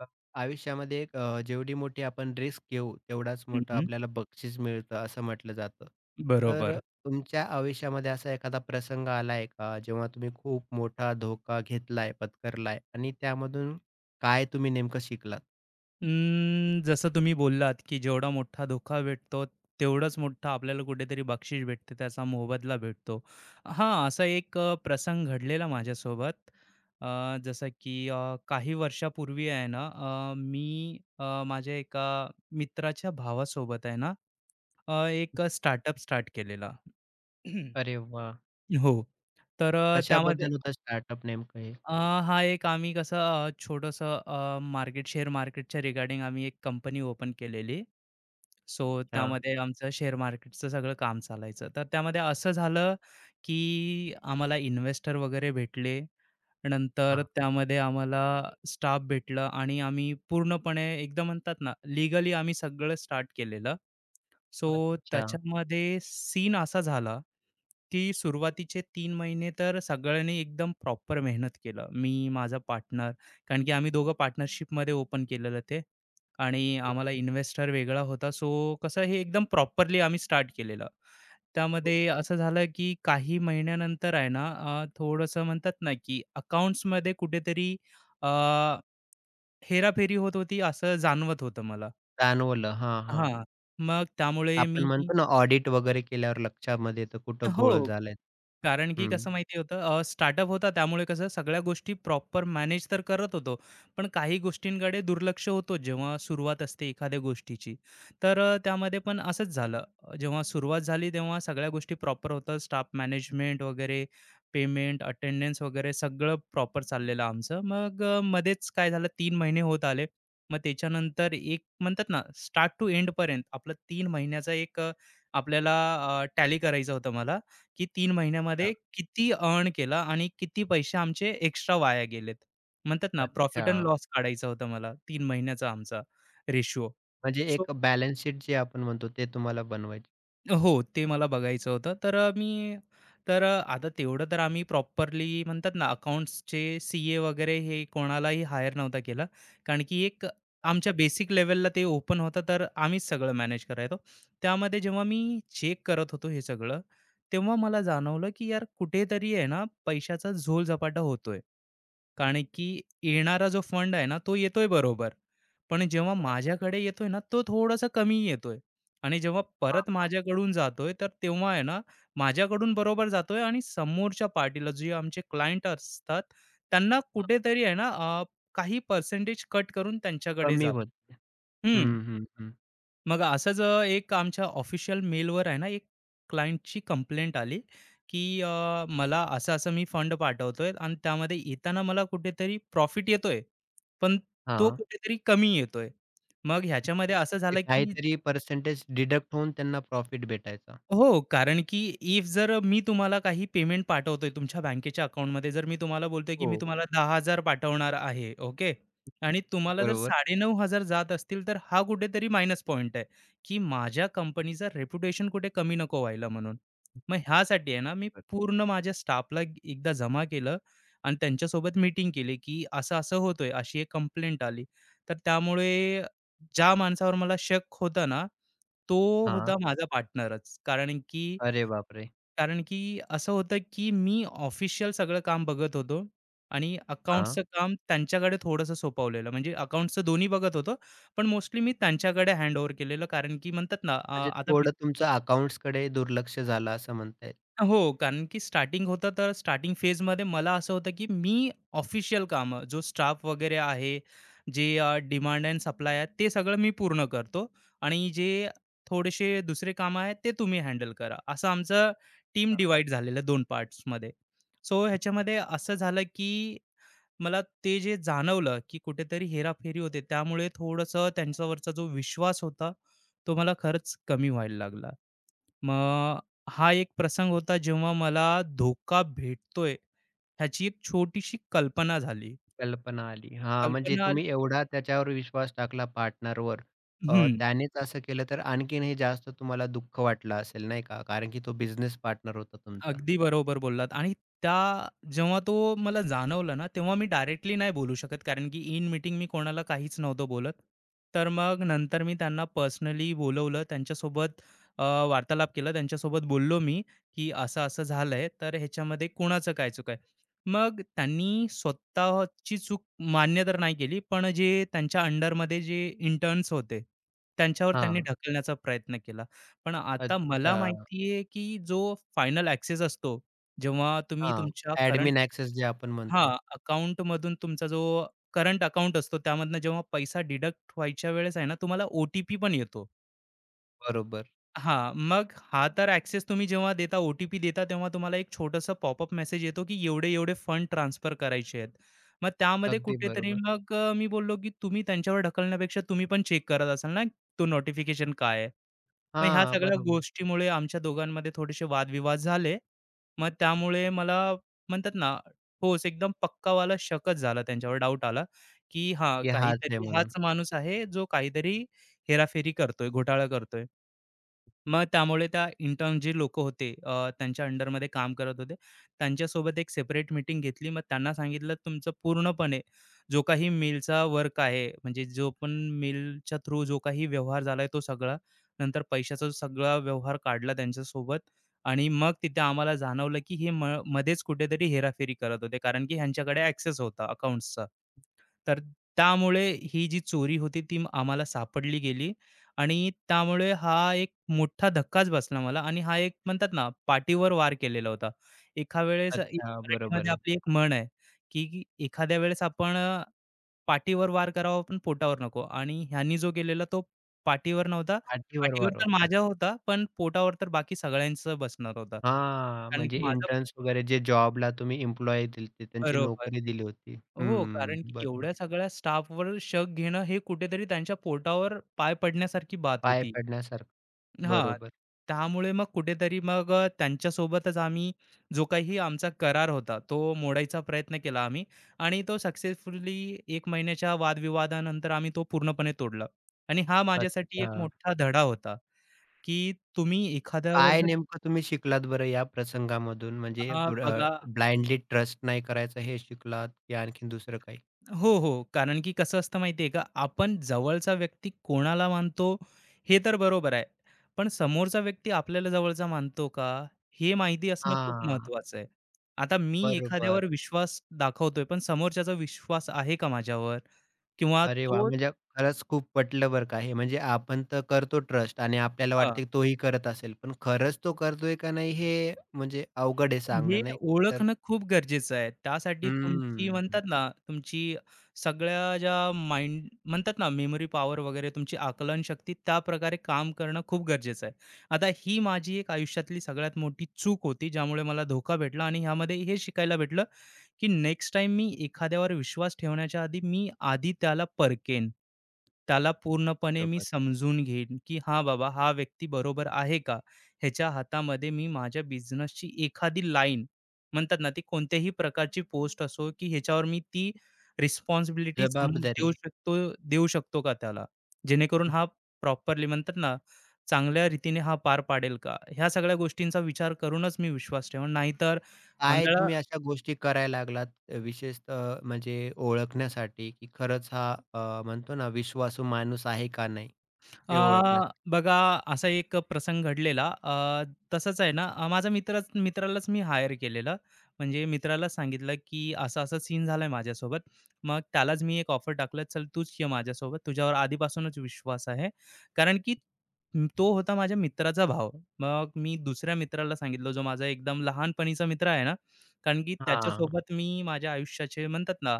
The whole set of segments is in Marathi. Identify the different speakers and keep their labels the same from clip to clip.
Speaker 1: अ, आयुष्यामध्ये एक जेवढी मोठी आपण रिस्क घेऊ, तेवढाच मोठं
Speaker 2: हं,
Speaker 1: आपल्याला बक्षीस मिळतं, असं म्हटलं जातं. तर
Speaker 2: बरोबर.
Speaker 1: तुमच्या आयुष्यामध्ये असा एखादा प्रसंग आलाय का, जेव्हा तुम्ही खूप मोठा धोका घेतलाय, पत्करलाय आणि त्यामधून काय तुम्ही नेमकं शिकलात?
Speaker 2: जसं तुम्ही बोललात, की जेवढा मोठा धोका भेटतो, तेवढंच मोठं आपल्याला कुठेतरी बक्षीस भेटते, त्याचा मोबदला भेटतो. असा एक प्रसंग घडलेला माझ्यासोबत. जसं की काही वर्षापूर्वी आहे ना, मी माझ्या एका मित्राच्या भावासोबत आहे ना, एक स्टार्टअप स्टार्ट केलेला.
Speaker 1: अरे वाह!
Speaker 2: हो. तर त्यामध्ये
Speaker 1: कशाबद्दल होता स्टार्टअप नेमकं हे?
Speaker 2: अ, हा एक आम्ही कसं छोटंसं मार्केट शेअर मार्केटच्या रिगार्डिंग आम्ही एक कंपनी ओपन केलेली. सो
Speaker 1: अच्छा.
Speaker 2: त्यामध्ये आमचं शेअर मार्केटचं सगळं काम चालायचं. तर त्यामध्ये असं झालं, की आम्हाला इन्व्हेस्टर वगैरे भेटले. नंतर
Speaker 1: हां.
Speaker 2: त्यामध्ये आम्हाला स्टाफ भेटलं आणि आम्ही पूर्णपणे एकदम म्हणतात ना लीगली आम्ही सगळं स्टार्ट केलेलं. सो
Speaker 1: अच्छा.
Speaker 2: त्याच्यामध्ये सीन असा झाला, की सुरुवातीचे तीन महिने तर सगळ्यांनी एकदम प्रॉपर मेहनत केलं. मी, माझा पार्टनर, कारण की आम्ही दोघं पार्टनरशिपमध्ये ओपन केलेलं ते आणि
Speaker 1: तर
Speaker 2: आम्हाला इन्व्हेस्टर वेगळा होता. सो कसं हे एकदम प्रॉपरली आम्ही स्टार्ट केलेलं.
Speaker 1: हो,
Speaker 2: त्यामध्ये असं झालं की काही महिन्यानंतर आहे ना, थोडंसं म्हणतात ना की अकाउंट्समध्ये कुठेतरी अ, हेराफेरी होत होती असं जाणवत होतं मला.
Speaker 1: जाणवलं. हां, हां.
Speaker 2: हां, मग त्यामुळे मी,
Speaker 1: आपण म्हणतो ना, ऑडिट वगैरे केल्यावर लक्षामध्ये येतं कुठं घोळ
Speaker 2: हो.
Speaker 1: झालाय.
Speaker 2: कारण की
Speaker 1: हं.
Speaker 2: कसं माहिती होतं, स्टार्टअप होता त्यामुळे कसं सगळ्या गोष्टी प्रॉपर मॅनेज तर करत होतो, पण काही गोष्टींकडे दुर्लक्ष होतो जेव्हा सुरुवात असते एखाद्या गोष्टीची. तर त्यामध्ये पण असंच झालं. जेव्हा सुरुवात झाली तेव्हा सगळ्या गोष्टी प्रॉपर होतं. स्टाफ मॅनेजमेंट वगैरे, पेमेंट, अटेंडन्स वगैरे सगळं प्रॉपर चाललेलं आमचं. मग मध्येच काय झालं, 3 महिने होत आले. मग त्याच्यानंतर एक म्हणतात ना, स्टार्ट टू एंडपर्यंत आपलं 3 महिन्याचा एक आपल्याला टॅली करायचं होतं मला. की 3
Speaker 1: अच्छा,
Speaker 2: महिन्यामध्ये किती अर्न केलं आणि किती पैसे आमचे एक्स्ट्रा वाया गेलेत. म्हणतात ना, प्रॉफिट
Speaker 1: अच्छा.
Speaker 2: अँड लॉस काढायचा होता मला 3 महिन्याचा आमचा रेशिओ.
Speaker 1: म्हणजे
Speaker 2: सो
Speaker 1: एक बॅलन्स शीट जे आपण म्हणतो ते तुम्हाला बनवायची.
Speaker 2: हो, ते मला बघायचं होतं. तर मी, तर आता तेवढं तर आम्ही प्रॉपरली म्हणतात ना, अकाउंट्सचे सीए वगैरे हे कोणालाही हायर नव्हता केला. कारण की एक
Speaker 1: हां,
Speaker 2: आमच्या बेसिक लेव्हलला ते ओपन होतं, तर आम्हीच सगळं मॅनेज करायचो. त्यामध्ये जेव्हा मी चेक करत होतो हे सगळं, तेव्हा मला जाणवलं, की यार कुठेतरी आहे ना, पैशाचा झोलझपाटा होतोय. कारण की येणारा जो फंड आहे ना, तो येतोय बरोबर. पण जेव्हा
Speaker 1: बरं.
Speaker 2: माझ्याकडे येतोय ना, तो थोडासा कमी येतोय आणि जेव्हा
Speaker 1: हां,
Speaker 2: परत
Speaker 1: हां,
Speaker 2: माझ्याकडून जातोय, तर तेव्हा आहे ना, माझ्याकडून बरोबर जातोय आणि समोरच्या पार्टीला जे आमचे क्लायंट असतात, त्यांना
Speaker 1: हां.
Speaker 2: कुठेतरी आहे ना, काही पर्सेंटेज कट करून त्यांच्याकडे
Speaker 1: कमी
Speaker 2: जातो.
Speaker 1: होत. हं,
Speaker 2: हं.
Speaker 1: हं, हं.
Speaker 2: मग असंच एक आमच्या ऑफिशियल मेलवर आहे ना, एक क्लायंटची कंप्लेंट आली, की मला असं-असं मी फंड पाठवतोय आणि त्यामध्ये येताना मला कुठेतरी प्रॉफिट येतोय, पण तो
Speaker 1: हां,
Speaker 2: कुठेतरी कमी येतोय. मग ह्याच्यामध्ये असं
Speaker 1: म्हणजे
Speaker 2: झालं की
Speaker 1: काहीतरी पर्सेंटेज डिडक्ट होऊन त्यांना प्रॉफिट भेटायचा.
Speaker 2: हो, कारण की इफ जर मी तुम्हाला काही पेमेंट पाठवतोय तुमच्या बँकेच्या अकाउंटमध्ये, जर मी तुम्हाला बोलतोय, की
Speaker 1: हो,
Speaker 2: मी तुम्हाला 10,000 पाठवणार आहे, ओके. आणि तुम्हाला जर
Speaker 1: बरोबर.
Speaker 2: 9,500 जात असतील, तर हा कुठेतरी मायनस पॉइंट आहे, की माझ्या कंपनीचं रेप्युटेशन कुठे कमी नको व्हायला म्हणून. मग ह्यासाठी आहे ना, मी
Speaker 1: बरं.
Speaker 2: पूर्ण माझ्या स्टाफला एकदा जमा केलं आणि त्यांच्यासोबत मीटिंग केली, की असं-असं होतोय, अशी एक कंप्लेंट आली. तर त्यामुळे ज्या माणसावर मला शक होता ना, तो
Speaker 1: हां.
Speaker 2: होता माझा पार्टनरच. कारण की
Speaker 1: अरे बापरे!
Speaker 2: कारण की असं होतं, की मी ऑफिशियल सगळं काम बघत होतो आणि
Speaker 1: हां,
Speaker 2: अकाउंट्सचं काम त्यांच्याकडे थोडंसं सोपवलेलं. म्हणजे अकाउंट्सचं दोन्ही बघत होतो, पण मोस्टली मी त्यांच्याकडे हँडओव्हर केलेलं. कारण की म्हणतात ना,
Speaker 1: म्हणजे
Speaker 2: आता
Speaker 1: थोडं तुमचं अकाउंट्सकडे दुर्लक्ष झालं असं म्हणता येईल.
Speaker 2: हो, कारण की स्टार्टिंग होतं तर स्टार्टिंग फेजमध्ये मला असं होतं की मी ऑफिशियल कामं जो स्टाफ वगैरे आहे, जे डिमांड अँड सप्लाय आहे ते सगळं मी पूर्ण करतो आणि जे थोडेसे दुसरे कामं आहेत ते तुम्ही हँडल करा. असं आमचं टीम
Speaker 1: हां,
Speaker 2: डिवाइड झालेलं 2 पार्ट्समध्ये. सो ह्याच्यामध्ये असं झालं की मला ते जे जाणवलं की कुठेतरी हेराफेरी होते त्यामुळे थोडंसं त्यांच्यावरचा जो विश्वास होता, तो मला खरंच कमी व्हायला लागला. मग हा एक प्रसंग होता जेव्हा मला धोका भेटतोय ह्याची एक छोटीशी कल्पना झाली.
Speaker 1: कल्पना आली. हां, म्हणजे
Speaker 2: कल्पना
Speaker 1: तुम्ही
Speaker 2: आली
Speaker 1: एवढा त्याच्यावर विश्वास टाकला पार्टनरवर.
Speaker 2: हं.
Speaker 1: त्यानेच असं केलं तर आणखीनही जास्त तुम्हाला दुःख वाटलं असेल नाही का? कारण की तो बिझनेस पार्टनर होता तुमचा.
Speaker 2: अगदी बरोबर बोललात आणि त्या, जेव्हा तो मला जाणवला ना, तेव्हा मी डायरेक्टली नाही बोलू शकत, कारण की इन मीटिंग मी कोणाला काहीच नव्हतं बोलत. तर मग नंतर मी त्यांना पर्सनली बोलवलं. त्यांच्यासोबत अ, वार्तालाप केला. त्यांच्यासोबत बोललो मी, की असं-असं झालंय, तर ह्याच्यामध्ये कोणाचं काय चूक आहे? मग त्यांनी स्वतःची चूक मान्य तर नाही केली, पण जे त्यांच्या अंडरमध्ये जे इंटर्न्स होते, त्यांच्यावर त्यांनी
Speaker 1: हां.
Speaker 2: ढकलण्याचा प्रयत्न केला. पण आता मला
Speaker 1: अच्छा.
Speaker 2: माहितीये, की जो फायनल ॲक्सेस असतो, जेव्हा तुम्ही
Speaker 1: हां.
Speaker 2: तुमच्या करंट,
Speaker 1: ॲडमिन ॲक्सेस जे आपण म्हणतो.
Speaker 2: अकाउंटमधून तुमचा जो करंट अकाउंट असतो, त्यामधनं जेव्हा पैसा डिडक्ट व्हायच्या वेळेस आहे ना, तुम्हाला ओ टी पण येतो.
Speaker 1: बरोबर.
Speaker 2: मग हा तर ॲक्सेस तुम्ही जेव्हा देता, ओ देता, तेव्हा तुम्हाला एक छोटंसं पॉपअप मेसेज येतो, की एवढे-एवढे फंड ट्रान्सफर करायचे आहेत. मग त्यामध्ये
Speaker 1: अगदी
Speaker 2: कुठेतरी
Speaker 1: बरोबर.
Speaker 2: मग मी बोललो, की तुम्ही त्यांच्यावर ढकलण्यापेक्षा तुम्ही पण चेक करत असाल ना, तो नोटिफिकेशन काय आहे? मग ह्या
Speaker 1: हां,
Speaker 2: सगळ्या
Speaker 1: बरोबर.
Speaker 2: गोष्टीमुळे आमच्या दोघांमध्ये थोडेसे वादविवाद झाले. मग त्यामुळे मला म्हणतात ना, ठोस एकदम पक्कावाला शकच झाला, त्यांच्यावर डाउट आला, की हां,
Speaker 1: की हाच आहे
Speaker 2: काहीतरी
Speaker 1: म्हणून.
Speaker 2: हाच माणूस आहे जो काहीतरी हेराफेरी करतोय, घोटाळा करतोय. मग त्यामुळे त्या इंटर्न जे लोकं होते, त्यांच्या अंडरमध्ये काम करत होते, त्यांच्यासोबत एक सेपरेट मीटिंग घेतली. मग त्यांना सांगितलं, "तुमचं पूर्णपणे जो काही मेलचा वर्क आहे, म्हणजे जो पण मेलच्या थ्रू जो काही व्यवहार झाला तो सगळा, नंतर पैशाचा जो सगळा व्यवहार काढला त्यांच्यासोबत आणि मग तिथे आम्हाला जाणवलं, की हे मध्येच कुठेतरी हेराफेरी करत होते, कारण की ह्यांच्याकडे ॲक्सेस होता अकाउंट्सचा. तर त्यामुळे ही जी चोरी होती ती आम्हाला सापडली गेली आणि त्यामुळे हा एक मोठा धक्काच बसला मला आणि हा एक म्हणतात ना, पाठीवर वार केलेला होता. एका वेळेस एक
Speaker 1: अच्छा, बरोबर
Speaker 2: मराठीमध्ये
Speaker 1: आहे.
Speaker 2: आपली एक म्हण आहे, की की एखाद्या वेळेस आपण पाठीवर वार करावा पण पोटावर नको आणि ह्यानी जो गेलेला तो पाठीवर नव्हता.
Speaker 1: पाठीवर
Speaker 2: पाठीवर
Speaker 1: वार
Speaker 2: तर
Speaker 1: होता.
Speaker 2: माझ्या होता, पण पोटावर तर बाकी सगळ्यांचं बसणार होता.
Speaker 1: हां,
Speaker 2: कारण
Speaker 1: म्हणजे
Speaker 2: की माझं
Speaker 1: इंटर्न्स वगैरे जे जॉबला तुम्ही एम्प्लॉयी दिलते, त्यांची
Speaker 2: बरोबर.
Speaker 1: नोकरी दिली होती.
Speaker 2: हो,
Speaker 1: हं,
Speaker 2: कारण की
Speaker 1: बरोबर.
Speaker 2: एवढ्या सगळ्या स्टाफवर शक घेणं हे कुठेतरी त्यांच्या पोटावर पाय पडण्यासारखी बात
Speaker 1: पाय
Speaker 2: होती.
Speaker 1: पडण्यासारखं.
Speaker 2: हां,
Speaker 1: बरोबर.
Speaker 2: त्यामुळे मग कुठेतरी मग त्यांच्यासोबतच आम्ही जो काही आमचा करार होता, तो मोडायचा प्रयत्न केला आम्ही आणि तो सक्सेसफुली 1 महिन्याच्या वादविवादानंतर आम्ही तो पूर्णपणे तोडला आणि हा माझ्यासाठी
Speaker 1: अच्छा.
Speaker 2: एक मोठा धडा होता, की तुम्ही एखाद्यावर
Speaker 1: काय
Speaker 2: जर,
Speaker 1: नेमकं तुम्ही शिकलात बरं या प्रसंगामधून? म्हणजे
Speaker 2: बघा,
Speaker 1: ब्लाइंडली ट्रस्ट नाही करायचं हे शिकलात की आणखीन दुसरं काही?
Speaker 2: हो. कारण की कसं असतं माहिती आहे का, आपण जवळचा व्यक्ती कोणाला मानतो, हे तर बरोबर आहे. पण समोरचा व्यक्ती आपल्याला जवळचा मानतो का, हे माहिती असणं खूप
Speaker 1: हां,
Speaker 2: महत्त्वाचं आहे. आता मी
Speaker 1: बरोबर.
Speaker 2: एखाद्यावर विश्वास दाखवतोय, पण समोरच्याचा विश्वास आहे का माझ्यावर? किंवा
Speaker 1: अरे वाह!
Speaker 2: तो,
Speaker 1: म्हणजे खरंच खूप पटलं बरं का हे. म्हणजे आपण तर करतो ट्रस्ट आणि आपल्याला वाटते की तोही करत असेल. पण खरंच तो करतोय का नाही हे म्हणजे अवघड आहे
Speaker 2: हे
Speaker 1: सांगणं नाही तर
Speaker 2: ओळखणं खूप गरजेचं आहे. त्यासाठी तुमची
Speaker 1: हम्म.
Speaker 2: म्हणतात ना, तुमची सगळ्या ज्या माइंड म्हणतात ना, मेमरी पॉवर वगैरे, तुमची आकलन शक्ती त्या प्रकारे काम करणं खूप गरजेचं आहे. आता ही माझी एक आयुष्यातली सगळ्यात मोठी चूक होती, ज्यामुळे मला धोका भेटला आणि ह्यामध्ये हे शिकायला भेटलं, की नेक्स्ट टाइम मी एखाद्यावर विश्वास ठेवण्याच्या आधी मी आधी त्याला परकेन. त्याला पूर्णपणे मी
Speaker 1: बरोबर.
Speaker 2: समजून घेईन, की हां बाबा, हा व्यक्ती बरोबर आहे का? ह्याच्या हातामध्ये मी माझ्या बिझनेसची एखादी लाईन, म्हणतात ना, ती कोणत्याही प्रकारची पोस्ट असो, की ह्याच्यावर मी ती रिस्पॉन्सिबिलिटी देऊ
Speaker 1: जबाबदारी.
Speaker 2: शकतो देऊ शकतो का त्याला? जेणेकरून
Speaker 1: हं.
Speaker 2: हा प्रॉपरली म्हणतात ना, चांगल्या रीतीने हा पार पाडेल का? ह्या सगळ्या गोष्टींचा विचार करूनच मी विश्वास ठेवेन. नाहीतर
Speaker 1: काय तुम्ही अशा गोष्टी करायला लागलात विशेषतः म्हणजे ओळखण्यासाठी की खरंच हा म्हणतो ना विश्वासू माणूस आहे का नाही
Speaker 2: अ,
Speaker 1: ते ओळखण्यासाठी?
Speaker 2: बघा, असा एक प्रसंग घडलेला. तसंच आहे ना, माझा मित्र, मित्रालाच मी हायर केलेलं, म्हणजे मित्राला सांगितलं की असा असा सीन झालाय माझ्यासोबत. मग त्यालाच मी एक ऑफर टाकलं, चल तूच ये माझ्यासोबत, तुझ्यावर आधीपासूनच विश्वास आहे, कारण की तो होता माझ्या मित्राचा भाव. मग मी दुसऱ्या मित्राला सांगितलं जो माझा एकदम लहानपणीचा मित्र आहे ना, कारण की
Speaker 1: हां.
Speaker 2: त्याच्यासोबत मी माझ्या आयुष्याचे म्हणतात ना,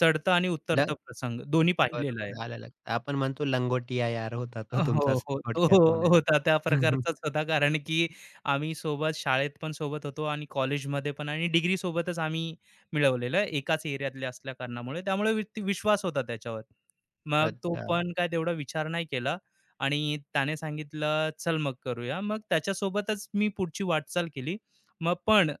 Speaker 2: चढतं आणि
Speaker 1: ल
Speaker 2: उतरतं प्रसंग दोन्ही पाहिलेला आहे.
Speaker 1: बरोबर आलं लक्षात. आपण म्हणतो लंगोटिया यार होता तो
Speaker 2: हो,
Speaker 1: तुमचा
Speaker 2: हो. तो
Speaker 1: थोडक्यात म्हणायचं.
Speaker 2: होता त्या प्रकारचाच होता. कारण की आम्ही सोबत शाळेत पण सोबत होतो आणि कॉलेजमध्ये पण आणि डिग्री सोबतच आम्ही मिळवलेलं, एकाच एरियातले असल्या कारणामुळे. त्यामुळे विश्वास होता त्याच्यावर. मग तो
Speaker 1: अच्छा.
Speaker 2: पण काय तेवढा विचार नाही केला आणि त्याने सांगितलं, "चल मग करूया." मग त्याच्यासोबतच मी पुढची वाटचाल केली. मग पण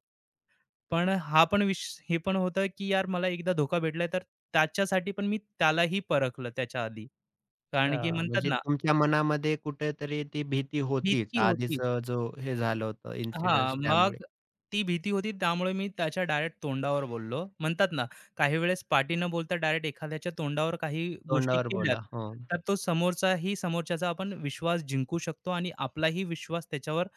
Speaker 2: पण हा पण विष हे पण होतं की यार मला एकदा धोका भेटलाय तर त्याच्यासाठी पण मी त्यालाही परखलं त्याच्या आधी. कारण की
Speaker 1: अच्छा,
Speaker 2: म्हणतात
Speaker 1: म्हणजे
Speaker 2: ना,
Speaker 1: तुमच्या मनामध्ये कुठेतरी ती भीती होतीच.
Speaker 2: भीती
Speaker 1: आधीच
Speaker 2: होतीच.
Speaker 1: जो हे झालं होतं इन्सिडन्स त्यामुळे.
Speaker 2: मग ती भीती होती त्यामुळे मी त्याच्या डायरेक्ट तोंडावर बोललो. म्हणतात ना, काही वेळेस पाटी न बोलता डायरेक्ट एखाद्याच्या तोंडावर काही गोष्टी
Speaker 1: तोंडावर
Speaker 2: केल्यात,
Speaker 1: बोला. हो,
Speaker 2: तर तो समोरच्याचा आपण विश्वास जिंकू शकतो आणि आपलाही विश्वास त्याच्यावर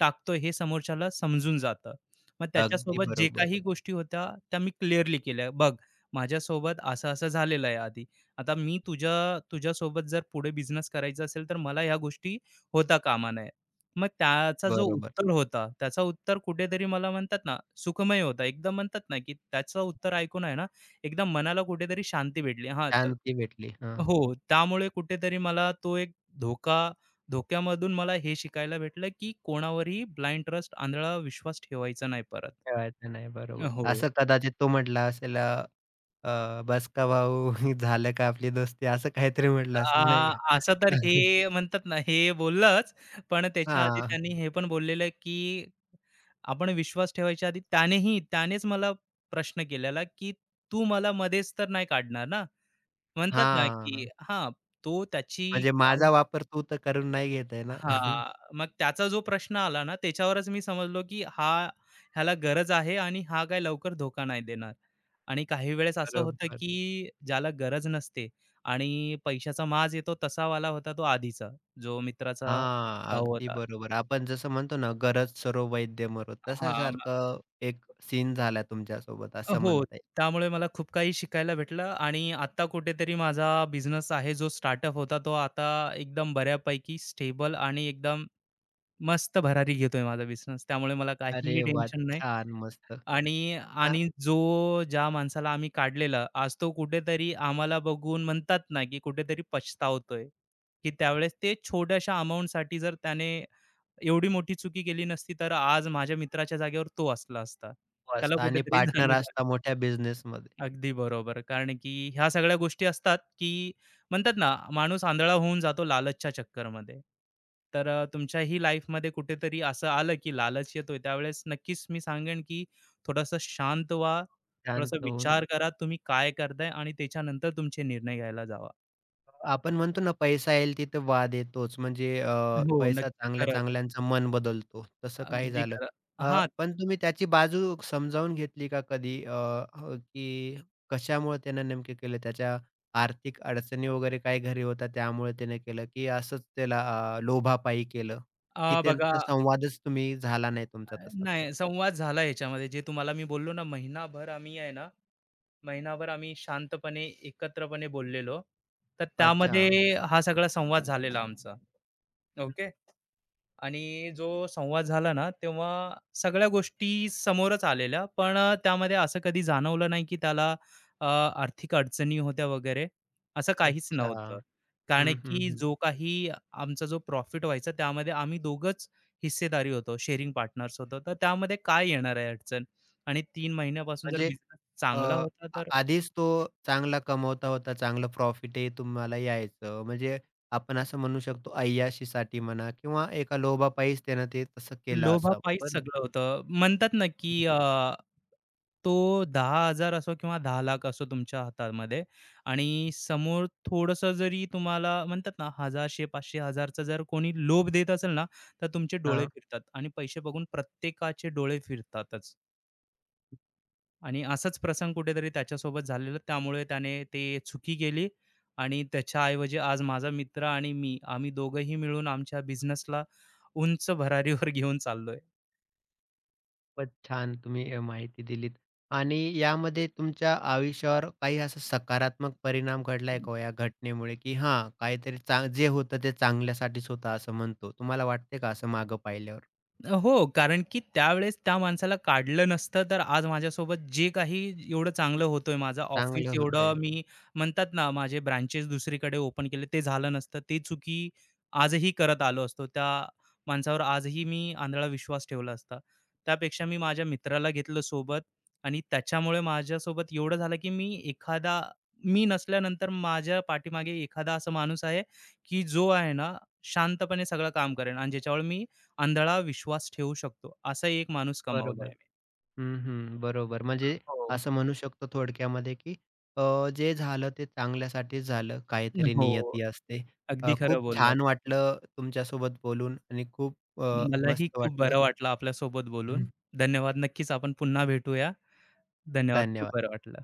Speaker 2: टाकतोय हे समोरच्याला समजून जातं. मग
Speaker 1: अगदी
Speaker 2: त्याच्यासोबत जे
Speaker 1: बरोबर.
Speaker 2: काही गोष्टी होत्या त्या मी क्लिअरली केल्या. बघ, माझ्यासोबत असं-असं झालेलं आहे आधी. आता मी तुझ्यासोबत जर पुढे बिझनेस करायचा असेल तर मला ह्या गोष्टी होता कामा नये. मग त्याचा जो
Speaker 1: बरोबर.
Speaker 2: उत्तर होता, त्याचा उत्तर कुठेतरी मला म्हणतात ना, सुखमय होता. एकदम म्हणतात ना, की त्याचं उत्तर ऐकून आहे ना, एकदम मनाला कुठेतरी शांती भेटली. हां,
Speaker 1: शांती
Speaker 2: चला,
Speaker 1: भेटली. हां,
Speaker 2: हो, त्यामुळे कुठेतरी मला तो एक धोका धोक्यामधून मला हे शिकायला भेटलं, की कोणावरही ब्लाइंड ट्रस्ट, आंधळा विश्वास ठेवायचा नाही परत.
Speaker 1: ठेवायचं नाही. बरोबर. असं
Speaker 2: हो.
Speaker 1: कदाचित तो म्हटला असेल अ, अ, "बस का भाऊ झालं का आपली दोस्ती?" असं काहीतरी म्हटलं असेल नाही का?
Speaker 2: असं तर हे म्हणतात ना, हे बोललंच, पण त्याच्या आधी
Speaker 1: हां,
Speaker 2: त्यांनी हे पण बोललेलं, की आपण विश्वास ठेवायच्या आधी त्यानेच मला प्रश्न केलेला, की "तू मला मध्येच तर नाही काढणार ना?" म्हणतात ना, की
Speaker 1: हां.
Speaker 2: हां, तो त्याची,
Speaker 1: म्हणजे माझा वापर तू तर करून नाही घेत आहे ना.
Speaker 2: हां, मग त्याचा जो प्रश्न आला ना, त्याच्यावरच मी समजलो, की हा ह्याला गरज आहे आणि हा काय लवकर धोका नाही देणार. आणि काही वेळेस असं होतं,
Speaker 1: बरोबर.
Speaker 2: की ज्याला गरज नसते आणि पैशाचा माज येतो, तसावाला होता तो आधीचा, जो मित्राचा
Speaker 1: हां,
Speaker 2: भाऊ
Speaker 1: अगदी
Speaker 2: होता.
Speaker 1: बरोबर. आपण जसं म्हणतो ना, "गरज सरो वैद्य मरो."
Speaker 2: हां, मग
Speaker 1: तशासारखं एक सीन झाला तुमच्यासोबत असं
Speaker 2: हो,
Speaker 1: म्हणता येईल.
Speaker 2: त्यामुळे मला खूप काही शिकायला भेटलं आणि आता कुठेतरी माझा बिझनेस आहे, जो स्टार्टअप होता, तो आता एकदम बऱ्यापैकी स्टेबल आणि एकदम मस्त भरारी घेतोय माझा बिझनेस. त्यामुळे मला
Speaker 1: अरे
Speaker 2: काहीही
Speaker 1: वाह!
Speaker 2: टेन्शन नाही.
Speaker 1: छान, मस्त.
Speaker 2: आणि
Speaker 1: हां,
Speaker 2: आणि जो, ज्या माणसाला आम्ही काढलेला, आज तो कुठेतरी आम्हाला बघून म्हणतात ना, की कुठेतरी पछतावतोय, की त्यावेळेस ते छोट्याशा अमाउंटसाठी जर त्याने एवढी मोठी चुकी केली नसती, तर आज माझ्या मित्राच्या जागेवर तो असला असता. त्याला
Speaker 1: मस्त आणि
Speaker 2: कुठेतरी
Speaker 1: पार्टनर
Speaker 2: जाणीव झाली.
Speaker 1: असता मोठ्या बिझनेसमध्ये.
Speaker 2: अगदी बरोबर. कारण की ह्या सगळ्या गोष्टी असतात, की म्हणतात ना, माणूस आंधळा होऊन जातो लालचच्या चक्करमध्ये. तर तुमच्याही लाईफमध्ये कुठेतरी असं आलं, की लालच येतोय, त्यावेळेस नक्कीच मी सांगेन, की थोडंसं शांत व्हा, थोडासा
Speaker 1: शांत होऊन
Speaker 2: विचार करा, तुम्ही काय करताय आणि त्याच्यानंतर तुमचे निर्णय घ्यायला जावा.
Speaker 1: आपण म्हणतो ना, पैसा येईल तिथे वाद येतोच. म्हणजे
Speaker 2: हो,
Speaker 1: पैसा
Speaker 2: नक्की. खरंच.
Speaker 1: चांगल्या-चांगल्यांचं मन बदलतो. तसं काही
Speaker 2: अगदी
Speaker 1: झालं.
Speaker 2: खरं.
Speaker 1: अ,
Speaker 2: हां,
Speaker 1: पण तुम्ही त्याची बाजू समजावून घेतली का कधी? अ, अ, की कशामुळे त्यानं नेमकं केलं? त्याच्या आर्थिक अडचणी वगैरे काही घरी होता त्यामुळे त्याने केलं, की असंच त्याला लोभापायी केलं? की
Speaker 2: बघा,
Speaker 1: त्यांचा संवादच तुम्ही झाला नाही तुमचा तसा काही?
Speaker 2: नाही, संवाद झाला ह्याच्यामध्ये. जे तुम्हाला मी बोललो ना, महिनाभर आम्ही शांतपणे, एकत्रपणे बोललेलो. तर
Speaker 1: अच्छा.
Speaker 2: त्यामध्ये हा सगळा संवाद झालेला आमचा.
Speaker 1: हं,
Speaker 2: ओके. आणि जो संवाद झाला ना, तेव्हा सगळ्या गोष्टी समोरच आलेल्या. पण त्यामध्ये असं कधी जाणवलं नाही, की त्याला आर्थिक अडचणी होत्या वगैरे, असं काहीच
Speaker 1: अच्छा.
Speaker 2: नव्हतं. कारण
Speaker 1: हं, हं,
Speaker 2: की
Speaker 1: हं.
Speaker 2: जो काही आमचा जो प्रॉफिट व्हायचा, त्यामध्ये आम्ही दोघंच हिस्सेदारी होतो, शेअरिंग पार्टनर्स होतो. तर त्यामध्ये काय येणार आहे अडचण? आणि 3 महिन्यापासून जर
Speaker 1: म्हणजे
Speaker 2: बिझनेस
Speaker 1: अ,
Speaker 2: चांगला होता
Speaker 1: आ
Speaker 2: तर
Speaker 1: आधीच तो चांगला कमवता होता, चांगलं प्रॉफिटही तुम्हाला यायचं. म्हणजे आपण असं म्हणू शकतो अय्याशीसाठी म्हणा किंवा एका लोभापायीच त्यानं ते तसं केलं असावं.
Speaker 2: लोभापायीच
Speaker 1: बरोबर.
Speaker 2: सगळं होतं. म्हणतात ना,
Speaker 1: हं,
Speaker 2: की तो 10,000 असो किंवा 10,00,000 असो तुमच्या हातामध्ये आणि समोर थोडंसं जरी तुम्हाला म्हणतात ना, 1,000शे 500 चा जर कोणी लोभ देत असेल ना, तर तुमचे डोळे फिरतात आणि पैसे बघून प्रत्येकाचे डोळे फिरतातच. आणि असाच प्रसंग कुठेतरी त्याच्यासोबत झालेला. त्यामुळे त्याने ते चुकी केली आणि त्याच्याऐवजी आज माझा मित्र आणि मी, आम्ही दोघंही मिळून आमच्या बिझनेसला उंच भरारीवर घेऊन चाललोय.
Speaker 1: खूपच छान तुम्ही माहिती दिलीत. आणि यामध्ये तुमच्या आयुष्यावर काही असा सकारात्मक परिणाम घडलाय का हो या घटनेमुळे? की हां, काहीतरी जे होतं ते चांगल्यासाठीच होतं असं म्हणतो. तुम्हाला वाटतंय का असं मागं पाहिल्यावर?
Speaker 2: हो, कारण की त्यावेळेस त्या माणसाला काढलं नसतं, तर आज माझ्यासोबत जे काही एवढं चांगलं होतोय, माझं ऑफिस
Speaker 1: चांगलं होतंय.
Speaker 2: एवढं मी म्हणतात ना, माझे ब्रांचेस दुसरीकडे ओपन केले ते झालं नसतं. ते चुकी आजही करत आलो असतो. त्या माणसावर आजही मी आंधळा विश्वास ठेवला असता. त्यापेक्षा मी माझ्या मित्राला घेतलं सोबत आणि त्याच्यामुळे माझ्यासोबत एवढं झालं, की मी एखादा, मी नसल्यानंतर माझ्या पाठीमागे एखादा असा माणूस आहे, की जो आहे ना, शांतपणे सगळं काम करेन आणि ज्याच्यावर मी आंधळा विश्वास ठेवू शकतो, असा एक माणूस
Speaker 1: बरोबर.
Speaker 2: कमावलाय मी.
Speaker 1: हं, हं. बरोबर. म्हणजे
Speaker 2: हो.
Speaker 1: असं म्हणू शकतो थोडक्यामध्ये, की अ, जे झालं ते चांगल्यासाठीच झालं. काहीतरी
Speaker 2: हो.
Speaker 1: नियती असते.
Speaker 2: अगदी
Speaker 1: खूप
Speaker 2: खरं बोललात.
Speaker 1: छान वाटलं तुमच्यासोबत बोलून आणि खूप
Speaker 2: मलाही
Speaker 1: मस्त
Speaker 2: खूप
Speaker 1: वाटलं.
Speaker 2: बरं वाटलं आपल्यासोबत बोलून. धन्यवाद. नक्कीच आपण पुन्हा भेटूया. धन्यवाद. खूप
Speaker 1: धन्यवाद.
Speaker 2: बरं वाटलं.